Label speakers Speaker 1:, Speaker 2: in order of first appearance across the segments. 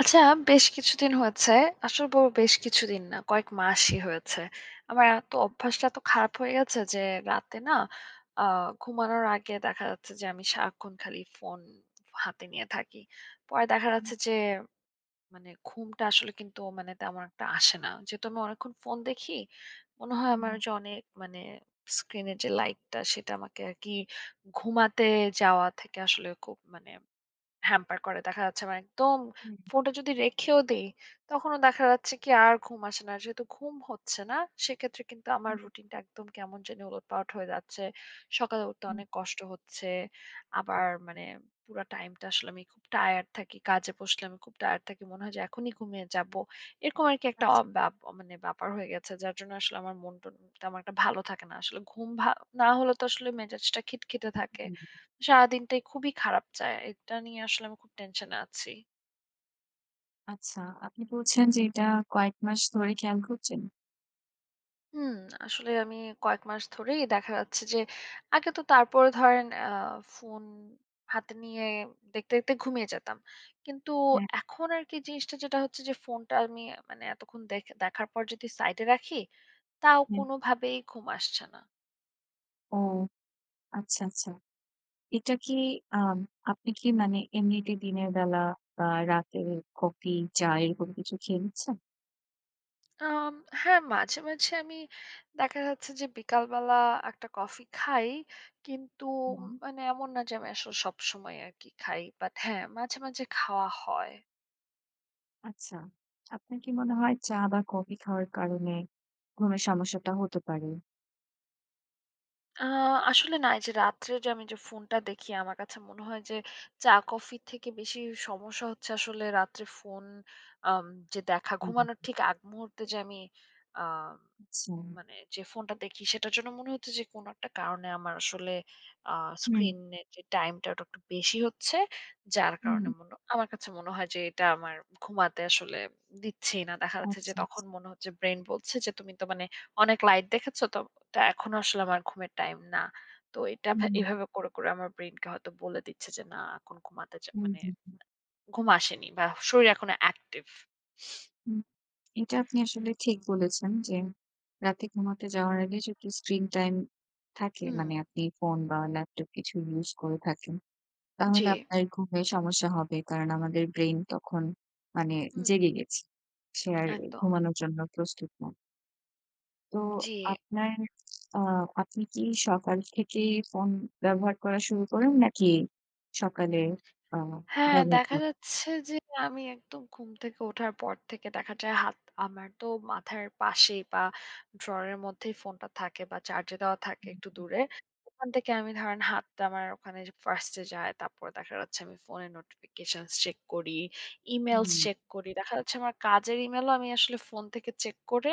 Speaker 1: আচ্ছা, বেশ কিছুদিন হয়েছে। আসলে বলব বেশ কিছুদিন না, কয়েক মাসই হয়েছে। আমার এত অভ্যাসটা এত খারাপ হয়ে গেছে যে রাতে না আ ঘুমানোর আগে দেখা যাচ্ছে যে আমি সারাক্ষণ খালি ফোন হাতে নিয়ে থাকি। পরে দেখা
Speaker 2: হুম,
Speaker 1: যাচ্ছে যে মানে ঘুমটা আসলে কিন্তু মানে তেমন একটা আসে না। যেহেতু আমি অনেকক্ষণ ফোন দেখি, মনে হয়
Speaker 2: হুম,
Speaker 1: আমার যে অনেক মানে স্ক্রিনের যে লাইটটা সেটা আমাকে আরকি ঘুমাতে যাওয়া থেকে আসলে খুব মানে হ্যাম্পার করে। দেখা যাচ্ছে আমার একদম
Speaker 2: হুম,
Speaker 1: ফোনটা যদি রেখেও দেই, তখনও দেখা যাচ্ছে কি আর ঘুম আসে না। যেহেতু ঘুম হচ্ছে না, সেক্ষেত্রে কিন্তু আমার
Speaker 2: হুম,
Speaker 1: রুটিনটা একদম কেমন জানি ওলটপালট হয়ে যাচ্ছে। সকালে উঠতে
Speaker 2: হুম।
Speaker 1: অনেক কষ্ট হচ্ছে। আবার মানে পুরা টাইমটা আসলে আমি খুব টায়ার্ড থাকি। কাজে বসলে আমি খুব টায়ার্ড থাকি। মনে হয় যে এখনই ঘুমিয়ে যাব। এরকম আরকি একটা অ
Speaker 2: আচ্ছা,
Speaker 1: ব্যাপ মানে ব্যাপার হয়ে গেছে। যার জন্য আসলে আমার মন-টন তেমন একটা ভালো থাকে না। আসলে ঘুম না হলে তো আসলে মেজাজটা খিটখিটে থাকে।
Speaker 2: হুম।
Speaker 1: সারাদিনটাই খুবই খারাপ যায়। এটা নিয়ে আসলে আমি খুব টেনশনে আছি।
Speaker 2: আচ্ছা, আপনি বলছেন যে এটা কয়েক মাস ধরে খেয়াল করছেন?
Speaker 1: হুম, আসলে আমি কয়েক মাস ধরেই দেখা যাচ্ছে যে, আগে তো তারপরে ধরেন ফোন হাতে নিয়ে দেখতে, দেখতে ঘুমিয়ে যেতাম। কিন্তু
Speaker 2: হ্যাঁ,
Speaker 1: এখন আরকি জিনিসটা যেটা হচ্ছে যে, ফোনটা আমি মানে এতক্ষণ দেখার পর যদি সাইডে রাখি, তাও
Speaker 2: হ্যাঁ।
Speaker 1: কোনোভাবেই ঘুম আসছে না।
Speaker 2: ও আচ্ছা, আচ্ছা। এটা কি আম আপনি কি মানে এমনিতে দিনের বেলা বা রাতে কফি, চা এরকম কিছু খেয়ে নিচ্ছেন?
Speaker 1: আম হ্যাঁ, মাঝে, মাঝে আমি দেখা যাচ্ছে যে বিকালবেলা একটা কফি খাই। কিন্তু
Speaker 2: হুম,
Speaker 1: মানে এমন না যে আমি আসলে সবসময় আরকি খাই। বাট হ্যাঁ, মাঝে, মাঝে খাওয়া হয়।
Speaker 2: আচ্ছা। আপনার কি মনে হয় চা বা কফি খাওয়ার কারণে ঘুমের সমস্যাটা হতে পারে?
Speaker 1: আ আসলে না এই যে রাত্রে যে আমি যে ফোনটা দেখি আমার কাছে মনে হয় যে চা কফির থেকে বেশি সমস্যা হচ্ছে আসলে রাত্রে ফোন আম যে দেখা
Speaker 2: হুম, হুম।
Speaker 1: ঘুমানোর ঠিক আগ মুহূর্তে যে আমি আ
Speaker 2: আচ্ছা।
Speaker 1: মানে যে ফোনটা দেখি সেটার জন্য মনে হচ্ছে যে কোনো একটা কারণে আমার আসলে আ
Speaker 2: হুম,
Speaker 1: স্ক্রিনের যে টাইমটা ওটা একটু বেশি হচ্ছে। যার কারণে
Speaker 2: হুম।
Speaker 1: মনে আমার কাছে মনে হয় যে এটা আমার ঘুমাতে আসলে দিচ্ছেই না। দেখা যাচ্ছে যে
Speaker 2: আচ্ছা,
Speaker 1: তখন
Speaker 2: আচ্ছা।
Speaker 1: মনে হচ্ছে ব্রেইন বলছে যে তুমি তো মানে অনেক লাইট দেখেছো তো এটা এখনো আসলে আমার ঘুমের টাইম না। তো এটা
Speaker 2: হুম,
Speaker 1: এভাবে করে, করে আমার ব্রেইনকে হয়তো বলে দিচ্ছে যে না এখন ঘুমাতে
Speaker 2: হুম,
Speaker 1: মানে
Speaker 2: হুম।
Speaker 1: ঘুম আসেনি বা শরীর এখনো অ্যাক্টিভ।
Speaker 2: এটা আপনি আসলে ঠিক বলেছেন যে রাতে ঘুমাতে যাওয়ার আগে যদি স্ক্রিন টাইম থাকে,
Speaker 1: হুম,
Speaker 2: মানে আপনি ফোন বা ল্যাপটপ কিছু ইউজ করে থাকেন,
Speaker 1: জি,
Speaker 2: তাহলে আপনার ঘুমে সমস্যা হবে। কারণ আমাদের ব্রেইন তখন মানে
Speaker 1: হুম,
Speaker 2: জেগে গেছে। সে আর
Speaker 1: একদম।
Speaker 2: ঘুমানোর জন্য প্রস্তুত না। তো
Speaker 1: জি।
Speaker 2: আপনার আ আপনি কি সকাল থেকেই ফোন ব্যবহার করা শুরু করেন নাকি সকালে আ
Speaker 1: হ্যাঁ,
Speaker 2: ব্যবহার
Speaker 1: দেখা
Speaker 2: করেন?
Speaker 1: যাচ্ছে যে আমি একদম ঘুম থেকে ওঠার পর থেকে দেখা যায় হাত আমার তো মাথার পাশে বা ড্রয়ারের মধ্যেই ফোনটা থাকে বা চার্জে দেওয়া থাকে একটু দূরে। ওখান থেকে আমি ধরেন হাতটা আমার ওখানে ফার্স্ট এ যায়। তারপরে দেখা যাচ্ছে আমি ফোনের নোটিফিকেশনস চেক করি, ইমেইলস
Speaker 2: হুম,
Speaker 1: চেক করি। দেখা যাচ্ছে আমার কাজের ইমেইলও আমি আসলে ফোন থেকে চেক করে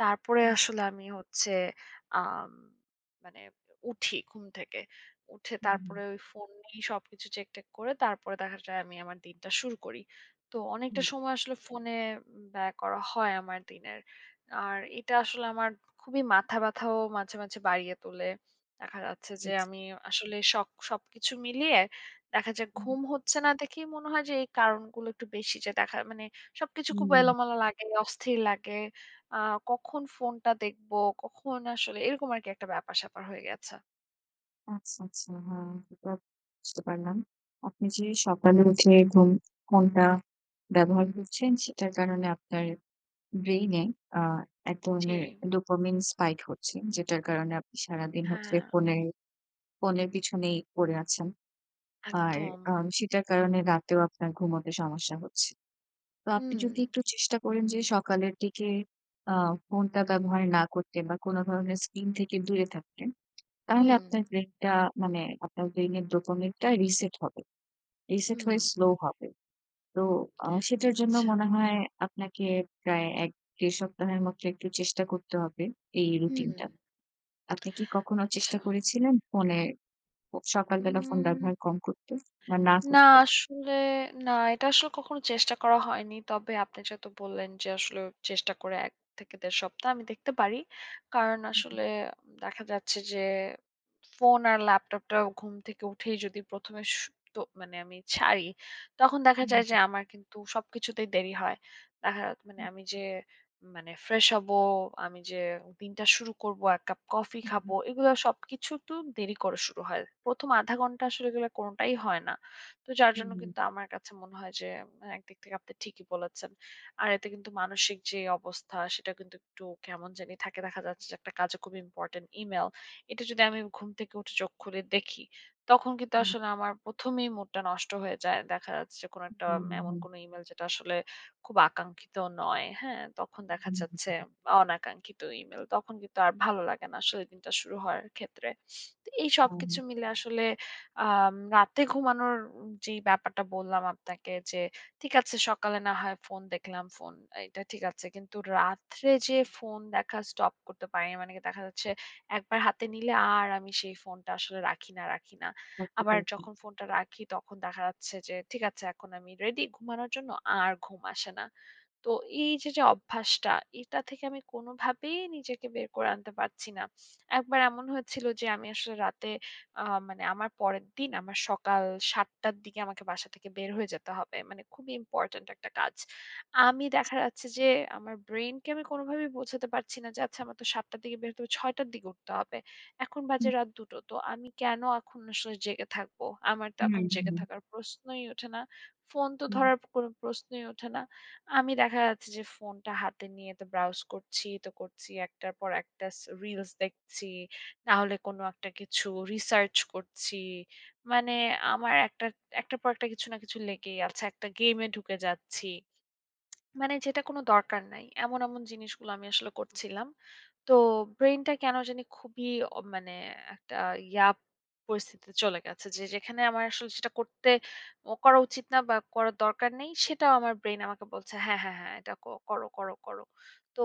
Speaker 1: তারপরে
Speaker 2: হুম,
Speaker 1: আসলে আমি হচ্ছে আম মানে উঠি ঘুম থেকে। উঠে
Speaker 2: হুম,
Speaker 1: তারপরে ওই ফোন নিয়েই সবকিছু চেক-টেক করে তারপরে দেখা যায় আমি আমার দিনটা শুরু করি। তো অনেকটা
Speaker 2: হুম,
Speaker 1: সময় আসলে ফোনে ব্যয় করা হয় আমার দিনের। আর এটা আসলে আমার খুবই মাথা ব্যথাও মাঝে, মাঝে বাড়িয়ে তোলে। দেখা যাচ্ছে
Speaker 2: জি,
Speaker 1: যে
Speaker 2: জি।
Speaker 1: আমি আসলে সবকিছু মিলিয়ে দেখা যায়
Speaker 2: হুম,
Speaker 1: ঘুম হচ্ছে না দেখেই মনে হয় যে এই কারণগুলো একটু বেশি যে দেখা মানে সবকিছু খুব
Speaker 2: হুম।
Speaker 1: এলোমেলো লাগে, অস্থির লাগে। আ কখন ফোনটা দেখবো, কখন আসলে এরকম আরকি একটা ব্যাপার-স্যাপার হয়ে গেছে।
Speaker 2: আচ্ছা, আচ্ছা। হ্যাঁ, এটা বুঝতে পারলাম। আপনি যে সকালে উঠে ফোনটা ব্যবহার করছেন, সেটার কারণে আপনার
Speaker 1: হুম।
Speaker 2: ব্রেইনে আ এক
Speaker 1: জি।
Speaker 2: ধরনের ডোপামিন স্পাইক হচ্ছে। যেটার কারণে আপনি সারাদিন হচ্ছে
Speaker 1: হ্যাঁ,
Speaker 2: ফোনের পিছনেই পড়ে আছেন। আর
Speaker 1: একদম।
Speaker 2: সেটার কারণে রাতেও আপনার ঘুমোতে সমস্যা হচ্ছে। তো আপনি
Speaker 1: হুম,
Speaker 2: যদি একটু চেষ্টা করেন যে সকালের দিকে আ ফোনটা ব্যবহার না করতে বা কোন ধরনের স্ক্রিন থেকে দূরে থাকতে। তাহলে
Speaker 1: হুম,
Speaker 2: আপনার ব্রেইনটা মানে আপনার ব্রেইনের ডোপামিনটা রিসেট হবে। রিসেট
Speaker 1: হুম,
Speaker 2: হয়ে স্লো হবে। তো আ সেটার জন্য
Speaker 1: আচ্ছা।
Speaker 2: মনে হয় আপনাকে প্রায় ১-১.৫ সপ্তাহের মতো একটু চেষ্টা করতে হবে এই
Speaker 1: হুম।
Speaker 2: রুটিনটা। আপনি কি কখনো চেষ্টা
Speaker 1: আচ্ছা।
Speaker 2: করেছিলেন ফোনে ও সকালবেলা ফোন
Speaker 1: উম
Speaker 2: ব্যবহার কম করতে বা না
Speaker 1: না
Speaker 2: করতে?
Speaker 1: আসলে না, এটা আসলে কখনো চেষ্টা করা হয়নি। তবে আপনি যেহেতু বললেন যে আসলে চেষ্টা করে ১ থেকে ১.৫ সপ্তাহ আমি দেখতে পারি। কারণ আসলে দেখা যাচ্ছে যে ফোন আর ল্যাপটপটা ঘুম থেকে উঠেই যদি ১ম এ তো মানে আমি ছাড়ি, তখন দেখা যায় যে আমার কিন্তু সবকিছুতেই দেরি হয়। মানে আমি যে মানে ফ্রেশ হবো, আমি যে দিনটা শুরু করবো, ১ কাপ কফি খাবো, এগুলো সবকিছু তো দেরি করে শুরু হয়। ১ম আধা ঘন্টা আসলে এগুলো কোনটাই হয় না। তো যার জন্য কিন্তু আমার কাছে মনে হয় যে হ্যাঁ, একদিক থেকে আপনি ঠিকই বলেছেন। আর এতে কিন্তু মানসিক যে অবস্থা সেটা কিন্তু একটু কেমন জানি থাকে। দেখা যাচ্ছে যে একটা কাজে খুব ইম্পোর্টেন্ট ইমেইল। এটা যদি আমি ঘুম থেকে উঠে চোখ খুলে দেখি, তখন কিন্তু আসলে আমার ১ম এই মুডটা নষ্ট হয়ে যায়। দেখা যাচ্ছে যে কোনো একটা এমন কোনো ইমেইল যেটা আসলে খুব আকাঙ্ক্ষিত নয়। হ্যাঁ? তখন দেখা যাচ্ছে অনাকাঙ্ক্ষিত ইমেইল। তখন কিন্তু আর ভালো লাগে না আসলে দিনটা শুরু হওয়ার ক্ষেত্রে। তো এই সবকিছু মিলে আসলে রাতে ঘুমানোর যেই ব্যাপারটা বললাম আপনাকে যে, ঠিক আছে সকালে না হয় ফোন দেখলাম, ফোন এটা ঠিক আছে। কিন্তু রাত্রে যে ফোন দেখা স্টপ করতে পারি না। মানে কি দেখা যাচ্ছে একবার হাতে নিলে আর আমি সেই ফোনটা আসলে রাখি না, রাখি না। আবার যখন ফোনটা রাখি তখন দেখা যাচ্ছে যে ঠিক আছে এখন আমি রেডি ঘুমানোর জন্য, আর ঘুম আসে না। তো এই যে, যে অভ্যাসটা এটা থেকে আমি কোনোভাবেই নিজেকে বের করে আনতে পারছি না। একবার এমন হয়েছিল যে আমি আসলে রাতে আ মানে আমার পরের দিন আমার সকাল ৭ঃ০০ র দিকে আমাকে বাসা থেকে বের হয়ে যেতে হবে। মানে খুবই ইম্পোর্টেন্ট একটা কাজ। আমি দেখা যাচ্ছে যে আমার ব্রেইনকে আমি কোনোভাবেই বোঝাতে পারছি না যে আচ্ছা আমার তো ৭ঃ০০ র দিকে বের হতে হবে, ৬ঃ০০ র দিকে উঠতে হবে। এখন বাজে রাত ২ঃ০০ তো আমি কেন এখন আসলে জেগে থাকবো? আমার তো এখন জেগে থাকার প্রশ্নই ওঠে না। ফোন তো ধরার কোনো প্রশ্নই ওঠে না। আমি দেখা যাচ্ছে যে ফোনটা হাতে নিয়ে তো ব্রাউজ করছি, তো করছি একটার পর একটা রিলস দেখছি। না হলে কোনো একটা কিছু রিসার্চ করছি। মানে আমার একটা একটার পর একটা কিছু না কিছু লেগেই আছে। একটা গেমে ঢুকে যাচ্ছি। মানে যেটা কোনো দরকার নাই। এমন, এমন জিনিসগুলো আমি আসলে করছিলাম। তো ব্রেইনটা কেন জানি খুবই মানে একটা ইয়া পরিস্থিতিতে চলে গেছে। যে যেখানে আমার আসলে সেটা করতে ও করা উচিত না বা করার দরকার নেই, সেটাও আমার ব্রেইন আমাকে বলছে, "হ্যাঁ, হ্যাঁ, হ্যাঁ, এটা করো, করো, করো।" তো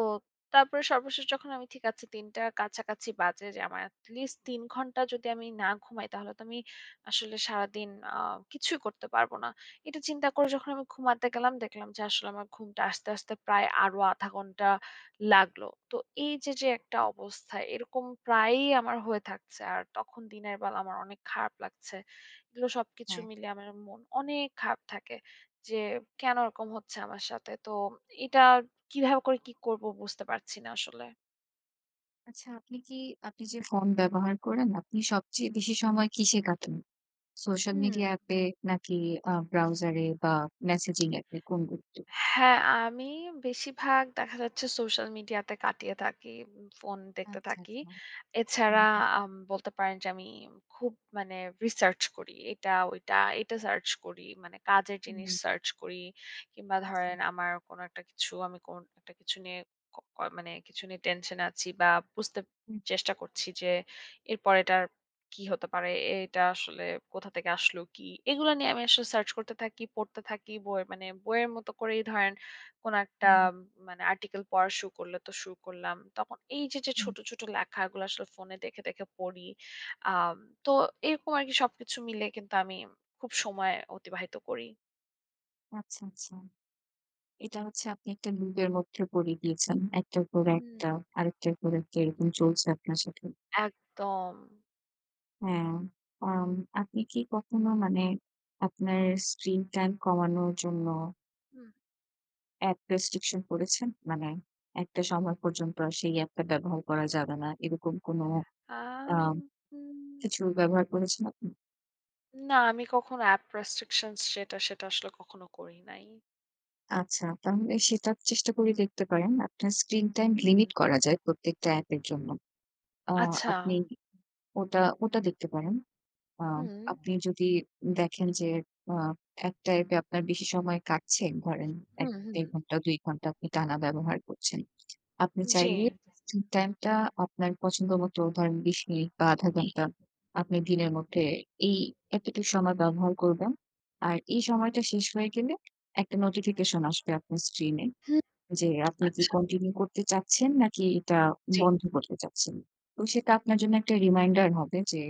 Speaker 1: তারপরে সর্বশেষ যখন আমি ঠিক আছে ৩ টার কাছাকাছি বাজে যে আমার at least ৩ ঘন্টা যদি আমি না ঘুমাই, তাহলে তো আমি আসলে সারাদিন আ কিছুই করতে পারব না। এটা চিন্তা করে যখন আমি ঘুমাতে গেলাম, দেখলাম যে আসলে আমার ঘুমটা আসতে, আসতে প্রায় আরো ০.৫ ঘন্টা লাগলো। তো এই যে, যে একটা অবস্থা, এরকম প্রায়ই আমার হয়ে থাকছে। আর তখন দিনের বেলা আমার অনেক খারাপ লাগছে। এগুলো সবকিছু
Speaker 2: হ্যাঁ।
Speaker 1: মিলিয়ে আমার মন অনেক খারাপ থাকে যে, কেন এরকম হচ্ছে আমার সাথে? তো এটা কিভাবে করে কি করব বুঝতে পারছি না আসলে।
Speaker 2: আচ্ছা, আপনি যে ফোন ব্যবহার করেন, আপনি সবচেয়ে বেশি সময় কিসে কাটান? সোশ্যাল
Speaker 1: হুম।
Speaker 2: মিডিয়া অ্যাপে নাকি ব্রাউজারে বা মেসেজিং অ্যাপে কোনগুলোতে?
Speaker 1: হ্যাঁ, আমি বেশিরভাগ দেখা যাচ্ছে সোশ্যাল মিডিয়াতে কাটিয়ে থাকি। ফোন দেখতে
Speaker 2: আচ্ছা,
Speaker 1: থাকি।
Speaker 2: আচ্ছা।
Speaker 1: এছাড়া
Speaker 2: হুম,
Speaker 1: বলতে পারেন যে আমি খুব মানে রিসার্চ করি। এটা ওইটা, এটা সার্চ করি। মানে কাজের
Speaker 2: হুম,
Speaker 1: জিনিস
Speaker 2: হুম।
Speaker 1: সার্চ করি। কিংবা
Speaker 2: আচ্ছা,
Speaker 1: ধরেন
Speaker 2: আচ্ছা।
Speaker 1: আমার কোনো একটা কিছু আমি কোন একটা কিছু নিয়ে ক ক মানে কিছু নিয়ে টেনশন আছি বা বুঝতে
Speaker 2: হুম,
Speaker 1: চেষ্টা করছি যে এরপর এটা কি হতে পারে? এটা আসলে কোথা থেকে আসলো? কি? এগুলা নিয়ে আমি আসলে সার্চ করতে থাকি, পড়তে থাকি। বই মানে বইয়ের মতো করেই ধরেন কোন একটা
Speaker 2: হুম,
Speaker 1: উম, মানে আর্টিকেল পড়া শুরু করলে তো শুরু করলাম। তখন এই যে, যে
Speaker 2: হুম।
Speaker 1: ছোট, ছোট লেখাগুলো আসলে ফোনে দেখে, দেখে পড়ি। আম তো এরকম আরকি সবকিছু মিলে কিন্তু আমি খুব সময় অতিবাহিত করি।
Speaker 2: আচ্ছা, আচ্ছা। এটা হচ্ছে আপনি একটা লুপের মধ্যে পড়ে গিয়েছেন। একটার পর একটা,
Speaker 1: হুম,
Speaker 2: আরেকটার পর একটা এরকম চলছে আপনার সাথে।
Speaker 1: একদম।
Speaker 2: হ্যাঁ। আম আপনি কি কখনো মানে আপনার স্ক্রিন টাইম কমানোর জন্য
Speaker 1: হুম,
Speaker 2: অ্যাপ রেস্ট্রিকশন করেছেন? মানে একটা সময় পর্যন্ত আর সেই অ্যাপটা ব্যবহার করা যাবে না। এরকম কোনো আ
Speaker 1: আম হুম।
Speaker 2: কিছু ব্যবহার করেছেন আপনি?
Speaker 1: না, আমি কখনো অ্যাপ রেস্ট্রিকশনস যেটা সেটা আসলে কখনো করি নাই।
Speaker 2: আচ্ছা, তাহলে সেটা চেষ্টা করে দেখতে পারেন। আপনার স্ক্রিন টাইম
Speaker 1: হুম।
Speaker 2: লিমিট করা যায় প্রত্যেকটা অ্যাপের জন্য। আ
Speaker 1: আচ্ছা।
Speaker 2: আপনি ওটা, ওটা দেখতে পারেন। আ
Speaker 1: হুম,
Speaker 2: আপনি যদি দেখেন যে আ এক টাইপে আপনার বেশি সময় কাটছে, ধরেন
Speaker 1: হুম, হুম।
Speaker 2: ১-১.৫ ঘন্টা, ২ ঘন্টা আপনি টানা ব্যবহার করছেন। আপনি
Speaker 1: জি।
Speaker 2: চাইলে স্ক্রিন টাইমটা আপনার পছন্দ মতো ধরেন ২০ মিনিট বা ০.৫ ঘন্টা আপনি দিনের মধ্যে এই এতটুকু সময় ব্যবহার করবেন। আর এই সময়টা শেষ হয়ে গেলে একটা নোটিফিকেশন আসবে আপনার স্ক্রিনে।
Speaker 1: হুম।
Speaker 2: যে আপনি কি
Speaker 1: আচ্ছা,
Speaker 2: কন্টিনিউ করতে চাচ্ছেন নাকি এটা
Speaker 1: জি।
Speaker 2: বন্ধ করতে চাচ্ছেন। তো সেটা আপনার জন্য একটা রিমাইন্ডার হবে যে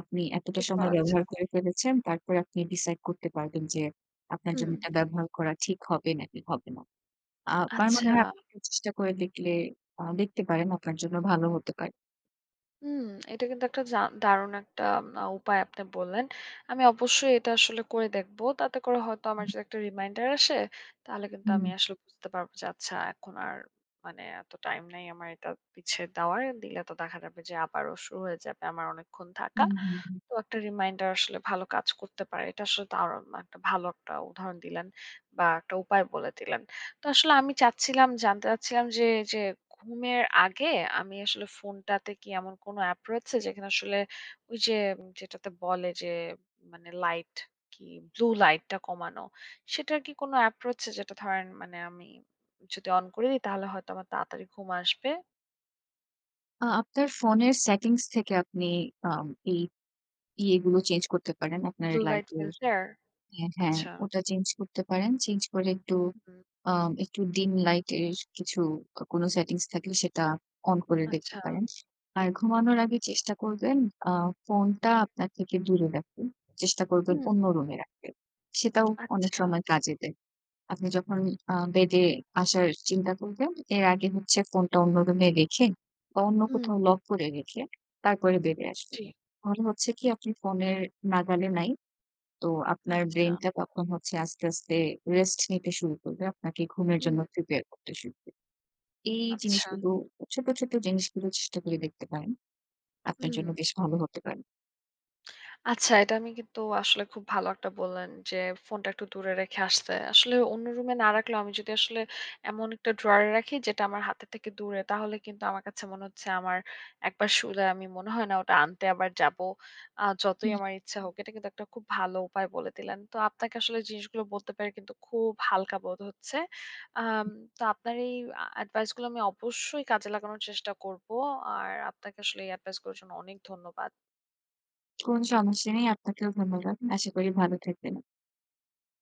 Speaker 2: আপনি এতটা
Speaker 1: ঠিক
Speaker 2: সময় ব্যবহার
Speaker 1: বলেছেন।
Speaker 2: করে ফেলেছেন। তারপরে আপনি ডিসাইড করতে পারবেন যে আপনার
Speaker 1: হুম।
Speaker 2: জন্য এটা ব্যবহার করা ঠিক হবে নাকি হবে না। আ আমার মনে
Speaker 1: আচ্ছা।
Speaker 2: হয় আপনি একটু চেষ্টা করে দেখলে দেখতে পারেন আপনার জন্য ভালো হতে পারে।
Speaker 1: হুম, এটা কিন্তু একটা দারুণ একটা উপায় আপনি বললেন। আমি অবশ্যই এটা আসলে করে দেখব। তাতে করে হয়তো আমার যদি একটা রিমাইন্ডার আসে, তাহলে কিন্তু আমি
Speaker 2: হুম,
Speaker 1: আসলে বুঝতে পারব যে আচ্ছা এখন আর মানে এত টাইম নাই আমার এটা পিছিয়ে দেওয়ার। দিলে তো দেখা যাবে যে আবারও শুরু হয়ে যাবে আমার অনেকক্ষণ থাকা।
Speaker 2: হুম, হুম, হুম।
Speaker 1: তো একটা রিমাইন্ডার আসলে ভালো কাজ করতে পারে। এটা আসলে দারুণ একটা ভালো একটা উদাহরণ দিলেন বা একটা উপায় বলে দিলেন। তো আসলে আমি চাচ্ছিলাম জানতে চাচ্ছিলাম যে, যে ঘুমের আগে আমি আসলে ফোনটাতে কি এমন কোনো অ্যাপ রয়েছে যেখানে আসলে ওই যে যেটাতে বলে যে মানে লাইট কি ব্লু লাইটটা কমানো, সেটার কি কোনো অ্যাপ রয়েছে যেটা ধরেন মানে আমি যদি অন করে দিই তাহলে হয়তো আমার তাড়াতাড়ি ঘুম আসবে?
Speaker 2: আপনার ফোনের সেটিংস থেকে আপনি আম এই ইয়েগুলো চেঞ্জ করতে পারেন। আপনার
Speaker 1: ব্লু লাইট
Speaker 2: লাইটের।
Speaker 1: ফিল্টার?
Speaker 2: হ্যাঁ, হ্যাঁ।
Speaker 1: আচ্ছা।
Speaker 2: ওটা চেঞ্জ করতে পারেন। চেঞ্জ করে একটু
Speaker 1: হুম,
Speaker 2: আম একটু ডিম লাইট এর কিছু কোনো সেটিংস থাকলে সেটা অন করে দেখতে
Speaker 1: আচ্ছা।
Speaker 2: পারেন। আর ঘুমানোর আগে চেষ্টা করবেন আ ফোনটা আপনার থেকে দূরে রাখতে। চেষ্টা করবেন
Speaker 1: হুম,
Speaker 2: অন্য রুমে রাখতে। সেটাও অনেক
Speaker 1: আচ্ছা।
Speaker 2: সময় কাজে দেয়। আপনি যখন বেডে আসার চিন্তা করবেন, এর আগে হচ্ছে ফোনটা অন্য রুমে রেখে বা অন্য
Speaker 1: হুম,
Speaker 2: কোথাও লক করে রেখে তারপরে বেডে আসবেন।
Speaker 1: জি।
Speaker 2: তাহলে হচ্ছে কি আপনি ফোনের নাগালে নাই। তো আপনার
Speaker 1: আচ্ছা।
Speaker 2: ব্রেইনটা তখন হচ্ছে আস্তে, আস্তে রেস্ট নিতে শুরু করবে। আপনাকে ঘুমের
Speaker 1: হুম,
Speaker 2: জন্য প্রিপেয়ার করতে শুরু করবে। এই
Speaker 1: আচ্ছা।
Speaker 2: জিনিসগুলো ছোট, ছোট জিনিসগুলো চেষ্টা করে দেখতে পারেন। আপনার
Speaker 1: হুম।
Speaker 2: জন্য বেশ ভালো হতে পারে।
Speaker 1: আচ্ছা, এটা আমি কিন্তু আসলে খুব ভালো একটা বললেন যে, ফোনটা একটু দূরে রেখে আসতে। আসলে অন্য রুমে না রাখলেও আমি যদি আসলে এমন একটা ড্রয়ারে রাখি যেটা আমার হাতের থেকে দূরে, তাহলে কিন্তু আমার কাছে মনে হচ্ছে আমার একবার শুলে আমি মনে হয় না ওটা আনতে আবার যাবো। যতই
Speaker 2: হুম।
Speaker 1: আমার ইচ্ছা হোক। এটা কিন্তু একটা খুব ভালো উপায় বলে দিলেন। তো আপনাকে আসলে জিনিসগুলো বলতে পেরে কিন্তু খুব হালকা বোধ হচ্ছে। আম তো আপনার এই অ্যাডভাইসগুলো আমি অবশ্যই কাজে লাগানোর চেষ্টা করব। আর আপনাকে আসলে এই অ্যাডভাইসগুলোর জন্য অনেক ধন্যবাদ।
Speaker 2: কোনো সমস্যা নেই। আপনাকেও ধন্যবাদ। আশা করি ভালো থাকবেন।